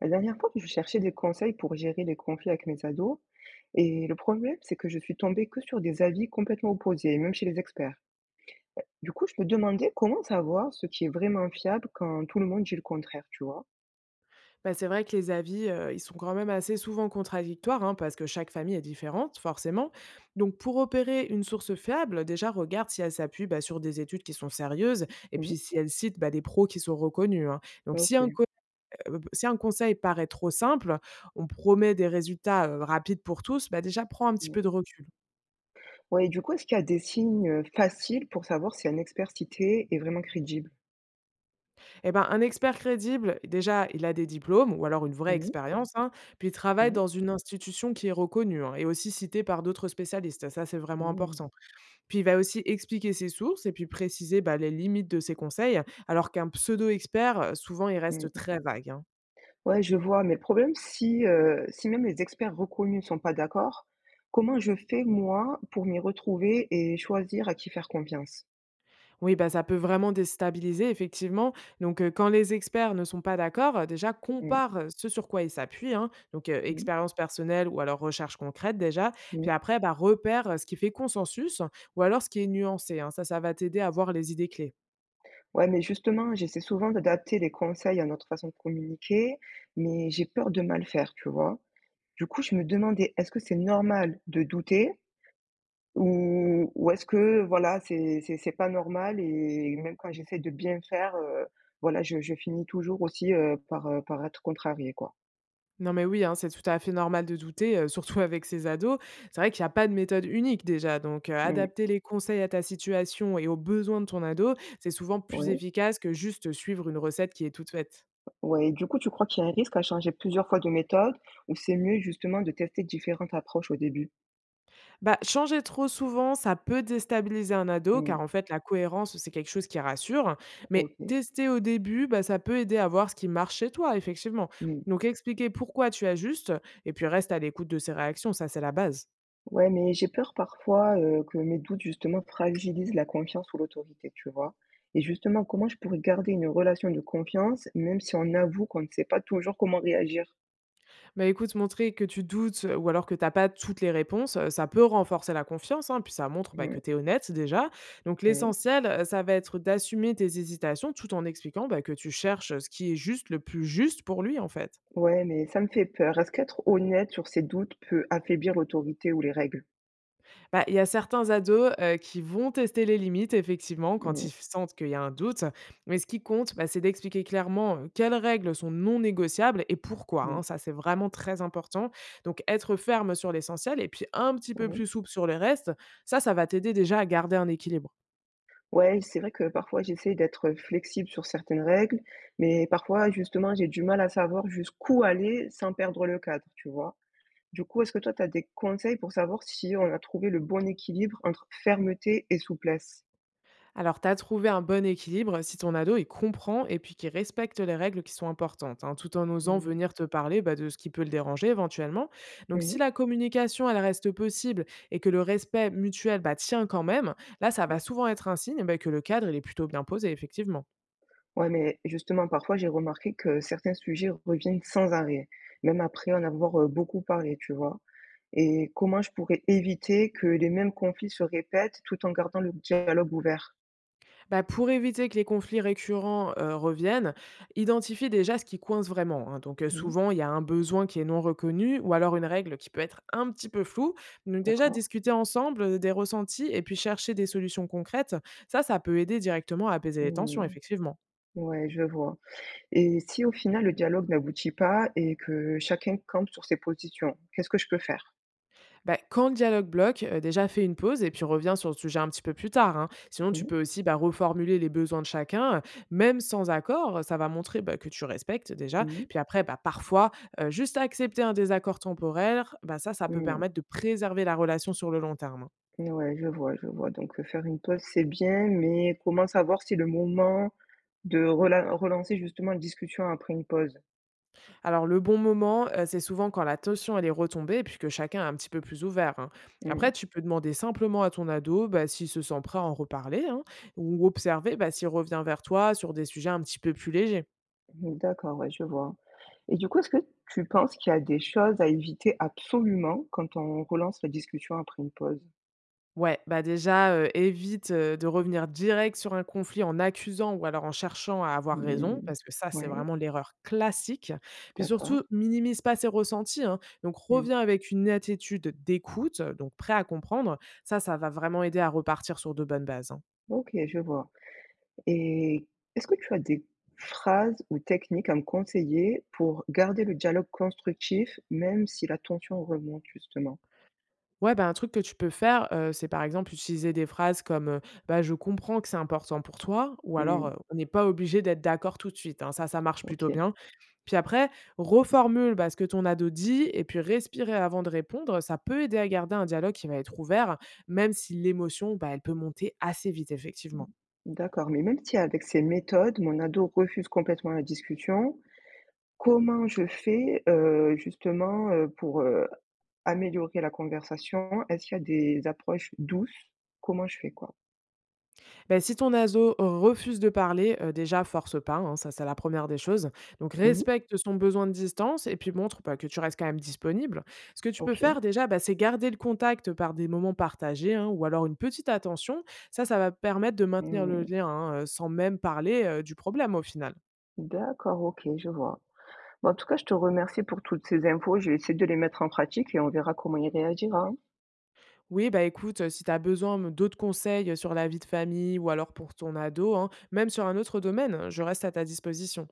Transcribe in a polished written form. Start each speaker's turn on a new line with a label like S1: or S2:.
S1: La dernière fois, je cherchais des conseils pour gérer les conflits avec mes ados, et le problème, c'est que je suis tombée que sur des avis complètement opposés, même chez les experts. Du coup, je me demandais comment savoir ce qui est vraiment fiable quand tout le monde dit le contraire, tu vois?
S2: Bah, c'est vrai que les avis, ils sont quand même assez souvent contradictoires, hein, parce que chaque famille est différente, forcément. Donc pour opérer une source fiable, déjà regarde si elle s'appuie, bah, sur des études qui sont sérieuses et
S1: Mhm.
S2: puis si elle cite, bah, des pros qui sont reconnus, hein. Donc si un
S1: Ok.
S2: co Si un conseil paraît trop simple, on promet des résultats, rapides pour tous, bah, déjà prends un petit
S1: Mm.
S2: peu de recul.
S1: Ouais, et du coup, est-ce qu'il y a des signes faciles pour savoir si un expert cité est vraiment crédible?
S2: Et ben, un expert crédible, déjà, il a des diplômes ou alors une vraie
S1: Mhm.
S2: expérience, hein, puis il travaille dans une institution qui est reconnue, hein, et aussi citée par d'autres spécialistes. Ça, c'est vraiment
S1: Mhm.
S2: important. Puis il va aussi expliquer ses sources et puis préciser, bah, les limites de ses conseils, alors qu'un pseudo-expert, souvent, il reste
S1: Mhm.
S2: très vague, hein.
S1: Ouais, je vois, mais le problème, si, si même les experts reconnus ne sont pas d'accord, comment je fais moi pour m'y retrouver et choisir à qui faire confiance?
S2: Oui, bah, ça peut vraiment déstabiliser effectivement. Donc quand les experts ne sont pas d'accord, déjà
S1: Mmh,
S2: compare, ce sur quoi ils s'appuient, hein, donc
S1: mmh,
S2: expérience personnelle ou alors recherche concrète déjà.
S1: mmh.
S2: Puis après, bah, repère, ce qui fait consensus ou alors ce qui est nuancé, hein. Ça va t'aider à voir les idées clés.
S1: Ouais, mais justement, j'essaie souvent d'adapter les conseils à notre façon de communiquer, mais j'ai peur de mal faire, tu vois? Du coup, je me demandais, est-ce que c'est normal de douter ou est-ce que voilà, c'est pas normal et même quand j'essaie de bien faire, voilà, je finis toujours aussi, par, par être contrariée, quoi?
S2: Non mais oui, hein, c'est tout à fait normal de douter, surtout avec ces ados. C'est vrai qu'il n'y a pas de méthode unique déjà, donc
S1: Mmh.
S2: adapter les conseils à ta situation et aux besoins de ton ado, c'est souvent plus
S1: Ouais,
S2: efficace que juste suivre une recette qui est toute faite.
S1: ouais et du coup, tu crois qu'il y a un risque à changer plusieurs fois de méthode ou c'est mieux justement de tester différentes approches au début?
S2: Bah, changer trop souvent, ça peut déstabiliser un ado
S1: Mmh,
S2: car en fait la cohérence, c'est quelque chose qui rassure, mais
S1: OK.
S2: tester au début, bah, ça peut aider à voir ce qui marche chez toi effectivement.
S1: Mmh.
S2: Donc expliquer pourquoi tu ajustes et puis reste à l'écoute de ses réactions, ça c'est la base.
S1: Ouais, mais j'ai peur parfois, que mes doutes justement fragilisent la confiance ou l'autorité, tu vois? Et justement, comment je pourrais garder une relation de confiance même si on avoue qu'on ne sait pas toujours comment réagir?
S2: Bah, écoute, montrer que tu doutes ou alors que tu as pas toutes les réponses, ça peut renforcer la confiance, hein, puis ça montre, bah,
S1: Mmh,
S2: que tu es honnête déjà. Donc
S1: ouais.
S2: l'essentiel, ça va être d'assumer tes hésitations tout en expliquant, bah, que tu cherches, ce qui est juste, le plus juste pour lui, en fait.
S1: Ouais, mais ça me fait peur. Est-ce qu'être honnête sur ses doutes peut affaiblir l'autorité ou les règles?
S2: Bah, il y a certains ados, qui vont tester les limites effectivement quand
S1: Mmh,
S2: ils sentent qu'il y a un doute, mais ce qui compte, bah, c'est d'expliquer clairement, quelles règles sont non négociables et pourquoi,
S1: mmh,
S2: hein. Ça, c'est vraiment très important. Donc être ferme sur l'essentiel et puis un petit peu
S1: oui.
S2: plus souple sur le reste, ça va t'aider déjà à garder un équilibre.
S1: Ouais, c'est vrai que parfois j'essaie d'être flexible sur certaines règles, mais parfois justement j'ai du mal à savoir jusqu'où aller sans perdre le cadre, tu vois? Du coup, est-ce que toi tu as des conseils pour savoir si on a trouvé le bon équilibre entre fermeté et souplesse?
S2: Alors, tu as trouvé un bon équilibre si ton ado il comprend et puis qu'il respecte les règles qui sont importantes, hein, tout en osant
S1: Mmh.
S2: venir te parler bah, de ce qui peut le déranger éventuellement. Donc,
S1: Mmh.
S2: si la communication elle reste possible et que le respect mutuel bah, tient quand même, là, ça va souvent être un signe bah, que le cadre il est plutôt bien posé, effectivement.
S1: Ouais, mais justement parfois j'ai remarqué que certains sujets reviennent sans arrêt, même après en avoir, beaucoup parlé, tu vois? Et comment je pourrais éviter que les mêmes conflits se répètent tout en gardant le dialogue ouvert?
S2: Bah, pour éviter que les conflits récurrents reviennent, identifie déjà ce qui coince vraiment. Hein. Donc
S1: Mmh.
S2: souvent, il y a un besoin qui est non reconnu ou alors une règle qui peut être un petit peu floue. Donc déjà,
S1: D'accord.
S2: discuter ensemble des ressentis et puis chercher des solutions concrètes, ça peut aider directement à apaiser les tensions,
S1: Mmh.
S2: effectivement.
S1: Ouais, je vois. Et si au final le dialogue n'aboutit pas et que chacun campe sur ses positions, qu'est-ce que je peux faire?
S2: Bah, quand le dialogue bloque, déjà fais une pause et puis reviens sur le sujet un petit peu plus tard, hein. Sinon tu
S1: Mmh,
S2: peux aussi, bah, reformuler les besoins de chacun, même sans accord, ça va montrer, bah, que tu respectes déjà.
S1: mmh,
S2: Puis après, bah, parfois, juste accepter un désaccord temporaire, bah, ça peut
S1: mmh.
S2: permettre de préserver la relation sur le long terme, hein.
S1: Ouais, je vois, je vois. Donc, faire une pause, c'est bien, mais comment savoir si le moment de relancer justement une discussion après une pause?
S2: Alors le bon moment, c'est souvent quand la tension elle est retombée et puis que chacun est un petit peu plus ouvert, hein.
S1: Mmh,
S2: Après tu peux demander simplement à ton ado, bah, s'il se sent prêt à en reparler, hein, ou observer, bah, s'il revient vers toi sur des sujets un petit peu plus légers.
S1: mmh, d'accord, ouais, je vois. Et du coup, est-ce que tu penses qu'il y a des choses à éviter absolument quand on relance la discussion après une pause?
S2: Ouais, bah déjà, évite, de revenir direct sur un conflit en accusant ou alors en cherchant à avoir raison,
S1: Mmh,
S2: parce que ça, c'est
S1: ouais,
S2: vraiment l'erreur classique. Puis
S1: d'accord.
S2: surtout, minimise pas ses ressentis, hein, donc
S1: Mmh,
S2: reviens avec une attitude d'écoute, donc prêt à comprendre. Ça va vraiment aider à repartir sur de bonnes bases, hein.
S1: OK, je vois. Et est-ce que tu as des phrases ou techniques à me conseiller pour garder le dialogue constructif, même si la tension remonte justement?
S2: Ouais, bah, un truc que tu peux faire, c'est par exemple utiliser des phrases comme, «Bah, je comprends que c'est important pour toi» ou alors,
S1: Mmh,
S2: «On n'est pas obligé d'être d'accord tout de suite», hein. Ça marche plutôt
S1: OK.
S2: bien. Puis après, reformule, bah, ce que ton ado dit et puis respirer avant de répondre, ça peut aider à garder un dialogue qui va être ouvert, même si l'émotion, bah, elle peut monter assez vite,
S1: Mmh.
S2: effectivement.
S1: D'accord, mais même si avec ces méthodes, mon ado refuse complètement la discussion, comment je fais, justement, pour, améliorer la conversation? Est-ce qu'il y a des approches douces? Comment je fais, quoi?
S2: Bah, si ton ado refuse de parler, déjà, force pas, hein, ça c'est la première des choses. Donc
S1: Mmh.
S2: respecte son besoin de distance et puis montre bah, que tu restes quand même disponible. Ce que tu peux faire
S1: OK.
S2: déjà, bah, c'est garder le contact par des moments partagés hein, ou alors une petite attention. Ça va permettre de maintenir le
S1: Mmh.
S2: lien hein, sans même parler du problème au final.
S1: D'accord, OK, je vois. Bah, en tout cas, je te remercie pour toutes ces infos. Je vais essayer de les mettre en pratique et on verra comment il réagira.
S2: Oui, bah écoute, si tu as besoin d'autres conseils sur la vie de famille ou alors pour ton ado, hein, même sur un autre domaine, hein, je reste à ta disposition.